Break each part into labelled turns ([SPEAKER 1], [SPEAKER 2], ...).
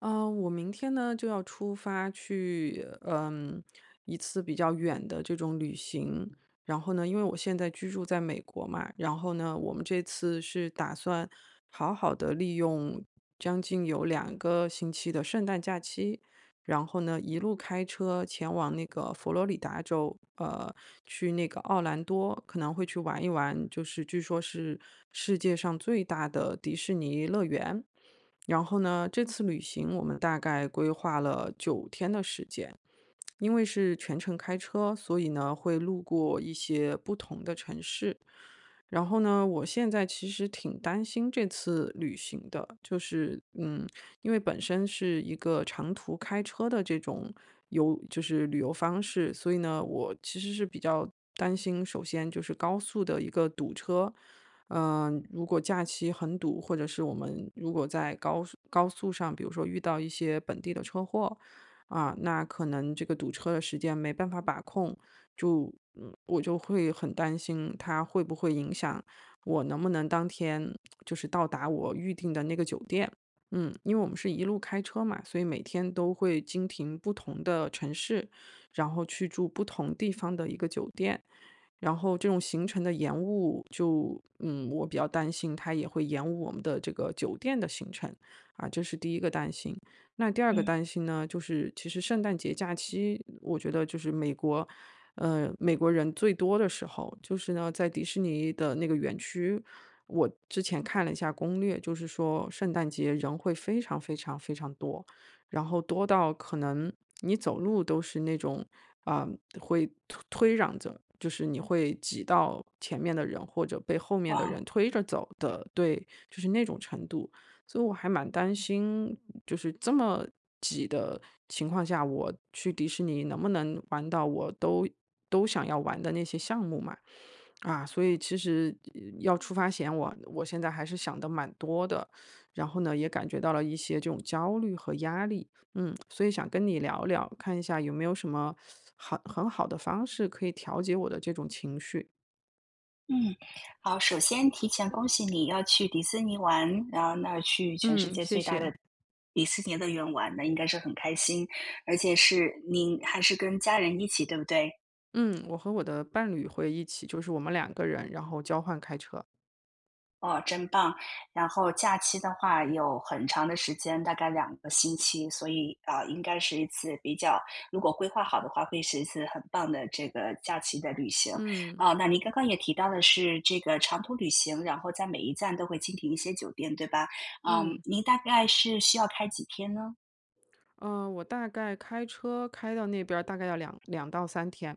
[SPEAKER 1] 嗯，我明天呢就要出发去，一次比较远的这种旅行。然后呢，因为我现在居住在美国嘛，然后呢，我们这次是打算好好的利用将近有两个星期的圣诞假期，然后呢，一路开车前往那个佛罗里达州，去那个奥兰多，可能会去玩一玩，就是据说是世界上最大的迪士尼乐园。然后呢，这次旅行我们大概规划了9天的时间，因为是全程开车，所以呢会路过一些不同的城市。然后呢，我现在其实挺担心这次旅行的，就是因为本身是一个长途开车的这种就是旅游方式，所以呢，我其实是比较担心，首先就是高速的一个堵车。如果假期很堵，或者是我们如果在高速上，比如说遇到一些本地的车祸，啊，那可能这个堵车的时间没办法把控，我就会很担心它会不会影响我能不能当天就是到达我预定的那个酒店。因为我们是一路开车嘛，所以每天都会经停不同的城市，然后去住不同地方的一个酒店。然后这种行程的延误就，我比较担心它也会延误我们的这个酒店的行程，啊，这是第一个担心。那第二个
[SPEAKER 2] 嗯，
[SPEAKER 1] 担心呢，就是其实圣诞节假期，我觉得就是美国人最多的时候，就是呢，在迪士尼的那个园区，我之前看了一下攻略，就是说圣诞节人会非常非常非常多。然后多到可能你走路都是那种啊、会推推让着，就是你会挤到前面的人或者被后面的
[SPEAKER 2] 哇
[SPEAKER 1] 人
[SPEAKER 2] 哦，
[SPEAKER 1] 推着走的，对，就是那种程度。所以我还蛮担心，就是这么挤的情况下，我去迪士尼能不能玩到我都想要玩的那些项目嘛？啊，所以其实要出发前，我现在还是想的蛮多的，然后呢，也感觉到了一些这种焦虑和压力，所以想跟你聊聊，看一下有没有什么很好的方式可以调节我的这种情绪。
[SPEAKER 2] 好，首先提前恭喜你要去迪士尼玩，然后那儿去全世
[SPEAKER 1] 嗯，
[SPEAKER 2] 界
[SPEAKER 1] 谢
[SPEAKER 2] 最大的
[SPEAKER 1] 谢。
[SPEAKER 2] 迪士尼乐园玩，那应该是很开心，而且是您还是跟家人一起，对不对？
[SPEAKER 1] 嗯，我和我的伴侣会一起，就是我们两个人，然后交换开车。
[SPEAKER 2] 哦，真棒！然后假期的话有很长的时间，大概2个星期，所以，啊，应该是一次比较如果规划好的话，会是一次很棒的这个假期的旅行。
[SPEAKER 1] 嗯
[SPEAKER 2] 啊，那您刚刚也提到的是这个长途旅行，然后在每一站都会经停一些酒店，对吧？嗯，
[SPEAKER 1] 嗯，
[SPEAKER 2] 您大概是需要开几天呢？
[SPEAKER 1] 我大概开车开到那边儿大概要两到三天。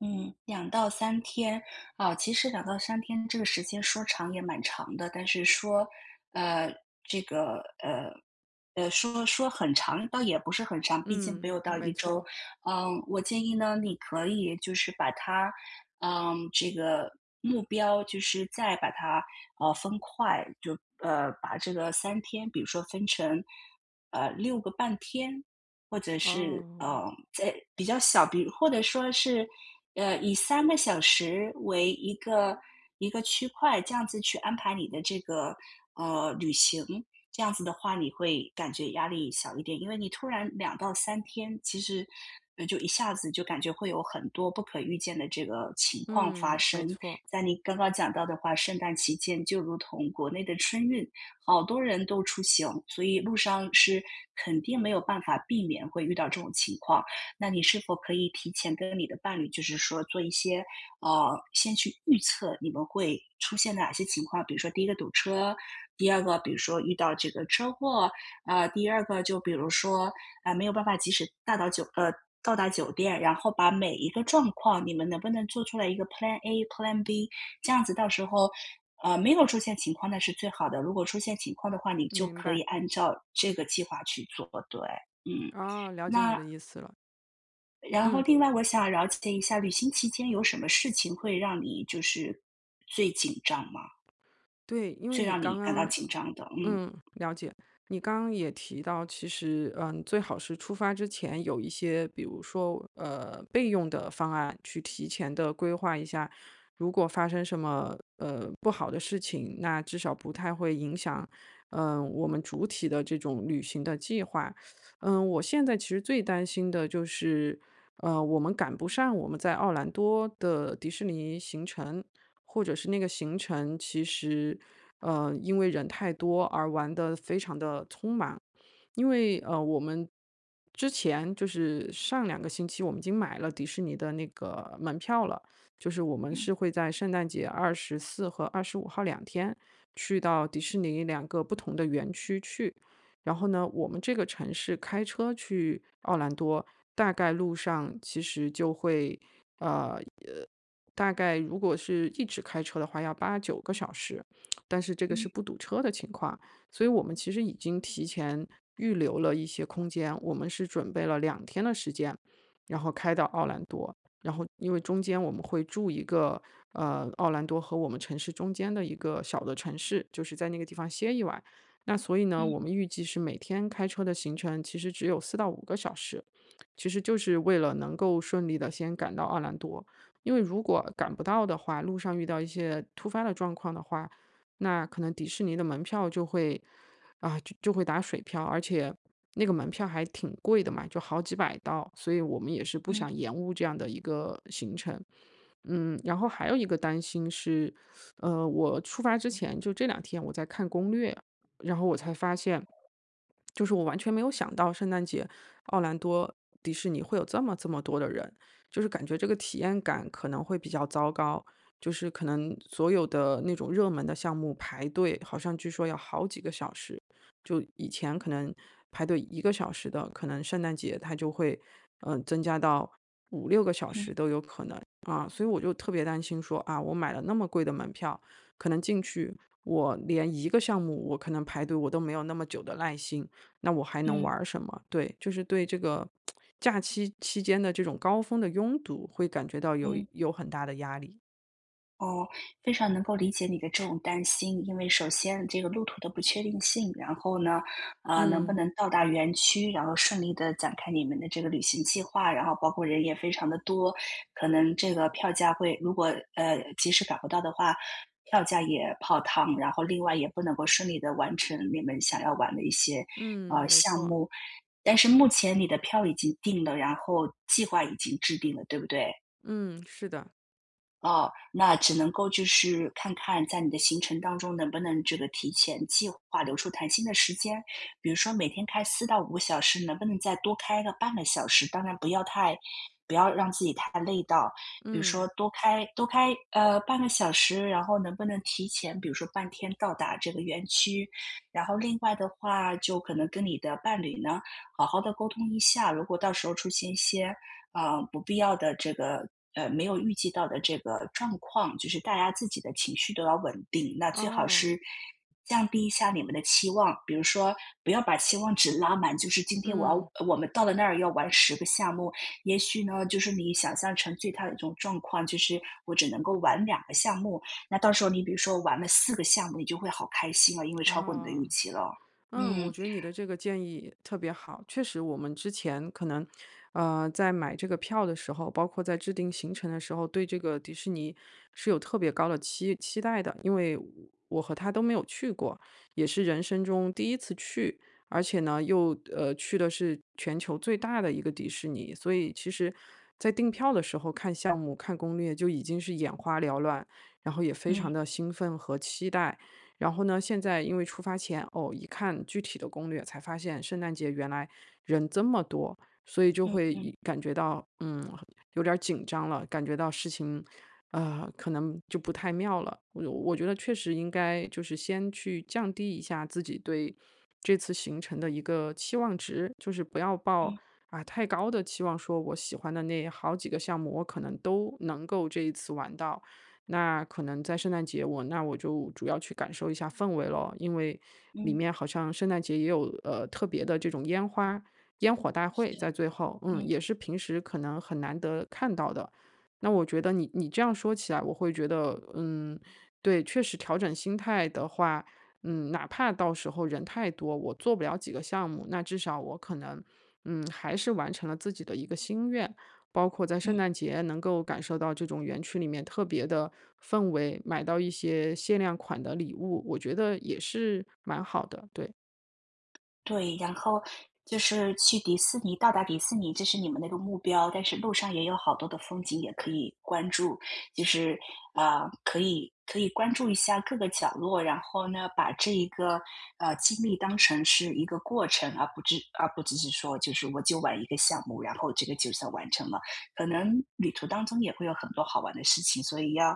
[SPEAKER 2] 嗯，两到三天。啊，其实两到三天这个时间说长也蛮长的，但是说，呃，这个，说很长倒也不是很长，毕竟没
[SPEAKER 1] 嗯，
[SPEAKER 2] 有到一
[SPEAKER 1] 没
[SPEAKER 2] 周。
[SPEAKER 1] 错。
[SPEAKER 2] 嗯，我建议呢，你可以就是把它，这个目标就是再把它，分块，就，把这个三天，比如说分成，6个半天，或者是，
[SPEAKER 1] 哦，
[SPEAKER 2] 在比较小，比如或者说是，以3个小时为一个区块，这样子去安排你的这个，旅行。这样子的话，你会感觉压力小一点，因为你突然两到三天，其实，就一下子就感觉会有很多不可预见的这个情况发
[SPEAKER 1] 嗯，没
[SPEAKER 2] 生。
[SPEAKER 1] 错。
[SPEAKER 2] 在你刚刚讲到的话，圣诞期间就如同国内的春运，好多人都出行，所以路上是肯定没有办法避免会遇到这种情况。那你是否可以提前跟你的伴侣，就是说做一些，呃，先去预测你们会出现哪些情况？比如说第一个堵车，第二个比如说遇到这个车祸，啊，第二个就比如说，啊，没有办法及时大到酒呃，到达酒店，然后把每一个状况，你们能不能做出来一个 Plan A、Plan B，这样子到时候，没有出现情况那是最好的，如果出现情况的话，你就
[SPEAKER 1] 明
[SPEAKER 2] 可以
[SPEAKER 1] 白，
[SPEAKER 2] 按照这个计划去做，对，嗯。
[SPEAKER 1] 哦，了解你
[SPEAKER 2] 那
[SPEAKER 1] 的意思了。
[SPEAKER 2] 然后
[SPEAKER 1] 嗯，
[SPEAKER 2] 另外我想了解一下，旅行期间有什么事情会让你就是最紧张吗？
[SPEAKER 1] 对，因为
[SPEAKER 2] 最
[SPEAKER 1] 你
[SPEAKER 2] 让你
[SPEAKER 1] 刚
[SPEAKER 2] 感到
[SPEAKER 1] 刚。
[SPEAKER 2] 紧张的？嗯，
[SPEAKER 1] 嗯，了解。你刚刚也提到，其实，最好是出发之前有一些，比如说，备用的方案，去提前的规划一下，如果发生什么不好的事情，那至少不太会影响，我们主体的这种旅行的计划。我现在其实最担心的就是，我们赶不上我们在奥兰多的迪士尼行程。或者是那个行程其实，因为人太多而玩得非常的匆忙。因为，我们之前就是上两个星期我们已经买了迪士尼的那个门票了，就是我们是会在圣诞节24和25号两天去到迪士尼两个不同的园区去。然后呢，我们这个城市开车去奥兰多，大概路上其实就会大概如果是一直开车的话，要8、9个小时，但是这个是
[SPEAKER 2] 嗯
[SPEAKER 1] 不堵车的情况。所以我们其实已经提前预留了一些空间，我们是准备了两天的时间，然后开到奥兰多。然后因为中间我们会住一个，奥兰多和我们城市中间的一个小的城市，就是在那个地方歇一晚。那所以呢，
[SPEAKER 2] 嗯
[SPEAKER 1] 我们预计是每天开车的行程其实只有4到5个小时，其实就是为了能够顺利的先赶到奥兰多。因为如果赶不到的话，路上遇到一些突发的状况的话，那可能迪士尼的门票就会啊，就会打水漂，而且那个门票还挺贵的嘛，就好几百刀，所以我们也是不
[SPEAKER 2] 嗯
[SPEAKER 1] 想延误这样的一个行程。然后还有一个担心是，我出发之前就这两天我在看攻略，然后我才发现。就是我完全没有想到圣诞节奥兰多迪士尼会有这么这么多的人，就是感觉这个体验感可能会比较糟糕，就是可能所有的那种热门的项目排队，好像据说要好几个小时，就以前可能排队1个小时的，可能圣诞节它就会增加到五六个小
[SPEAKER 2] 嗯
[SPEAKER 1] 时都有可能啊，所以我就特别担心说啊，我买了那么贵的门票，可能进去我连一个项目我可能排队我都没有那么久的耐心。那我还能
[SPEAKER 2] 嗯
[SPEAKER 1] 玩
[SPEAKER 2] 嗯。
[SPEAKER 1] 儿什么？对，就是对这个假期期间的这种高峰的拥堵，会感觉到有
[SPEAKER 2] 嗯
[SPEAKER 1] 有很大的压力。
[SPEAKER 2] 哦，非常能够理解你的这种担心，因为首先这个路途的不确定性，然后呢，啊，能不
[SPEAKER 1] 嗯
[SPEAKER 2] 能到达园区，然后顺利的展开你们的这个旅行计划，然后包括人也非常的多，可能这个票价会，如果，及时赶不到的话，票价也泡汤，然后另外也不能够顺利的完成你们想要玩的一些，
[SPEAKER 1] 嗯，没
[SPEAKER 2] 项
[SPEAKER 1] 错，
[SPEAKER 2] 目。但是目前你的票已经定了，然后计划已经制定了，对不对？
[SPEAKER 1] 嗯，是的，
[SPEAKER 2] 哦，那只能够就是看看在你的行程当中能不能这个提前计划留出谈心的时间，比如说每天开4到5个小时，能不能再多开个半个小时，当然不要太不要让自己太累到。比如说
[SPEAKER 1] 嗯，
[SPEAKER 2] 多开，半个小时，然后能不能提前，比如说半天到达这个园区。然后另外的话，就可能跟你的伴侣呢，好好的沟通一下，如果到时候出现一些啊，不必要的这个没有预计到的这个状况，就是大家自己的情绪都要稳定。那最好
[SPEAKER 1] 哦，
[SPEAKER 2] 是降低一下你们的期望，比如说不要把期望值拉满，就是今天我
[SPEAKER 1] 嗯，
[SPEAKER 2] 要我们到了那儿要玩10个项目，也许呢，就是你想象成最大的一种状况，就是我只能够玩2个项目，那到时候你比如说玩了4个项目，你就会好开心了，因为超过你的预
[SPEAKER 1] 哦。
[SPEAKER 2] 期了。
[SPEAKER 1] 嗯，我
[SPEAKER 2] 嗯
[SPEAKER 1] 觉得你的这个建议特别好。确实，我们之前可能，在买这个票的时候，包括在制定行程的时候，对这个迪士尼是有特别高的期待的，因为我和他都没有去过，也是人生中第一次去，而且呢，又去的是全球最大的一个迪士尼，所以其实，在订票的时候看项目、看攻略就已经是眼花缭乱，然后也非
[SPEAKER 2] 嗯
[SPEAKER 1] 常的兴奋和期待。然后呢，现在因为出发前，哦，一看具体的攻略，才发现圣诞节原来人这么多，所以就
[SPEAKER 2] 嗯
[SPEAKER 1] 会
[SPEAKER 2] 嗯
[SPEAKER 1] 一感觉到，有点儿紧张了，感觉到事情，可能就不太妙了。我觉得确实应该就是先去降低一下自己对这次行程的一个期望值，就是不要抱
[SPEAKER 2] 嗯
[SPEAKER 1] 太高的期望，说我喜欢的那好几个项目，我可能都能够这一次玩到。那可能在圣诞节那我就主要去感受一下氛围咯，因为里
[SPEAKER 2] 嗯，
[SPEAKER 1] 面好像圣诞节也有，特别的这种烟火大
[SPEAKER 2] 是，
[SPEAKER 1] 会在最后，
[SPEAKER 2] 嗯
[SPEAKER 1] 也是平时可能很难得看到的。那我觉得你这样说起来，我会觉得，对，确实调整心态的话，哪怕到时候人太多，我做不了几个项目，那至少我可能，还是完成了自己的一个心愿。包括在圣
[SPEAKER 2] 嗯。
[SPEAKER 1] 诞节能够感受到这种园区里面特别的氛围，买到一些限量款的礼物，我觉得也是蛮好的，对。
[SPEAKER 2] 对，然后就是去迪士尼到达迪士尼，这是你们那个目标，但是路上也有好多的风景也可以关注，就是，啊，可以关注一下各个角落，然后呢，把这一个，经历当成是一个过程，而不只是说就是我就玩一个项目，然后这个就算完成了。可能旅途当中也会有很多好玩的事情，所以要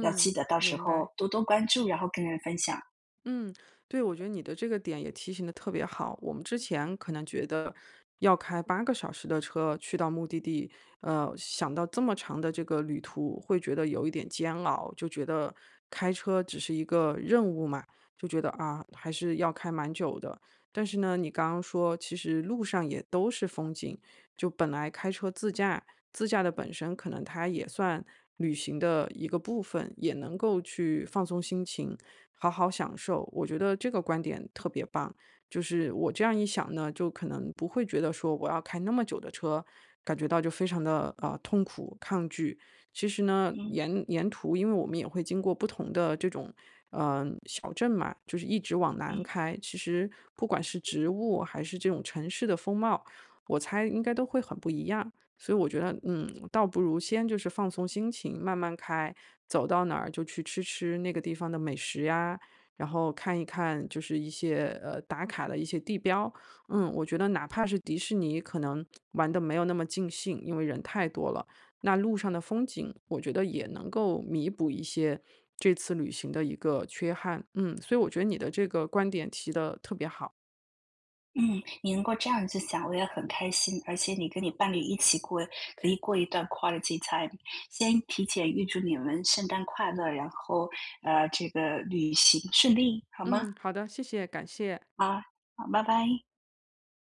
[SPEAKER 2] 要记得到时
[SPEAKER 1] 明白。
[SPEAKER 2] 候多多关注，然后跟人分享。
[SPEAKER 1] 嗯，对，我觉得你的这个点也提醒的特别好。我们之前可能觉得要开8个小时的车去到目的地，想到这么长的这个旅途，会觉得有一点煎熬，就觉得开车只是一个任务嘛，就觉得还是要开蛮久的。但是呢，你刚刚说其实路上也都是风景，就本来开车自驾的本身可能它也算旅行的一个部分，也能够去放松心情。好好享受。我觉得这个观点特别棒，就是我这样一想呢，就可能不会觉得说我要开那么久的车，感觉到就非常的痛苦抗拒。其实呢，
[SPEAKER 2] 嗯
[SPEAKER 1] 沿途因为我们也会经过不同的这种小镇嘛，就是一直往南
[SPEAKER 2] 嗯。
[SPEAKER 1] 开，其实不管是植物还是这种城市的风貌，我猜应该都会很不一样。所以我觉得，倒不如先就是放松心情，慢慢开，走到哪儿就去吃吃那个地方的美食呀，然后看一看就是一些打卡的一些地标。我觉得哪怕是迪士尼，可能玩的没有那么尽兴，因为人太多了。那路上的风景，我觉得也能够弥补一些这次旅行的一个缺憾。嗯，所以我觉得你的这个观点提的特别好。
[SPEAKER 2] 嗯，你能够这样子想，我也很开心。而且你跟你伴侣一起过，可以过一段 quality time。先提前预祝你们圣诞快乐，然后这个旅行顺利，好吗？
[SPEAKER 1] 嗯，好的，谢谢，感谢。
[SPEAKER 2] 啊，好，拜拜。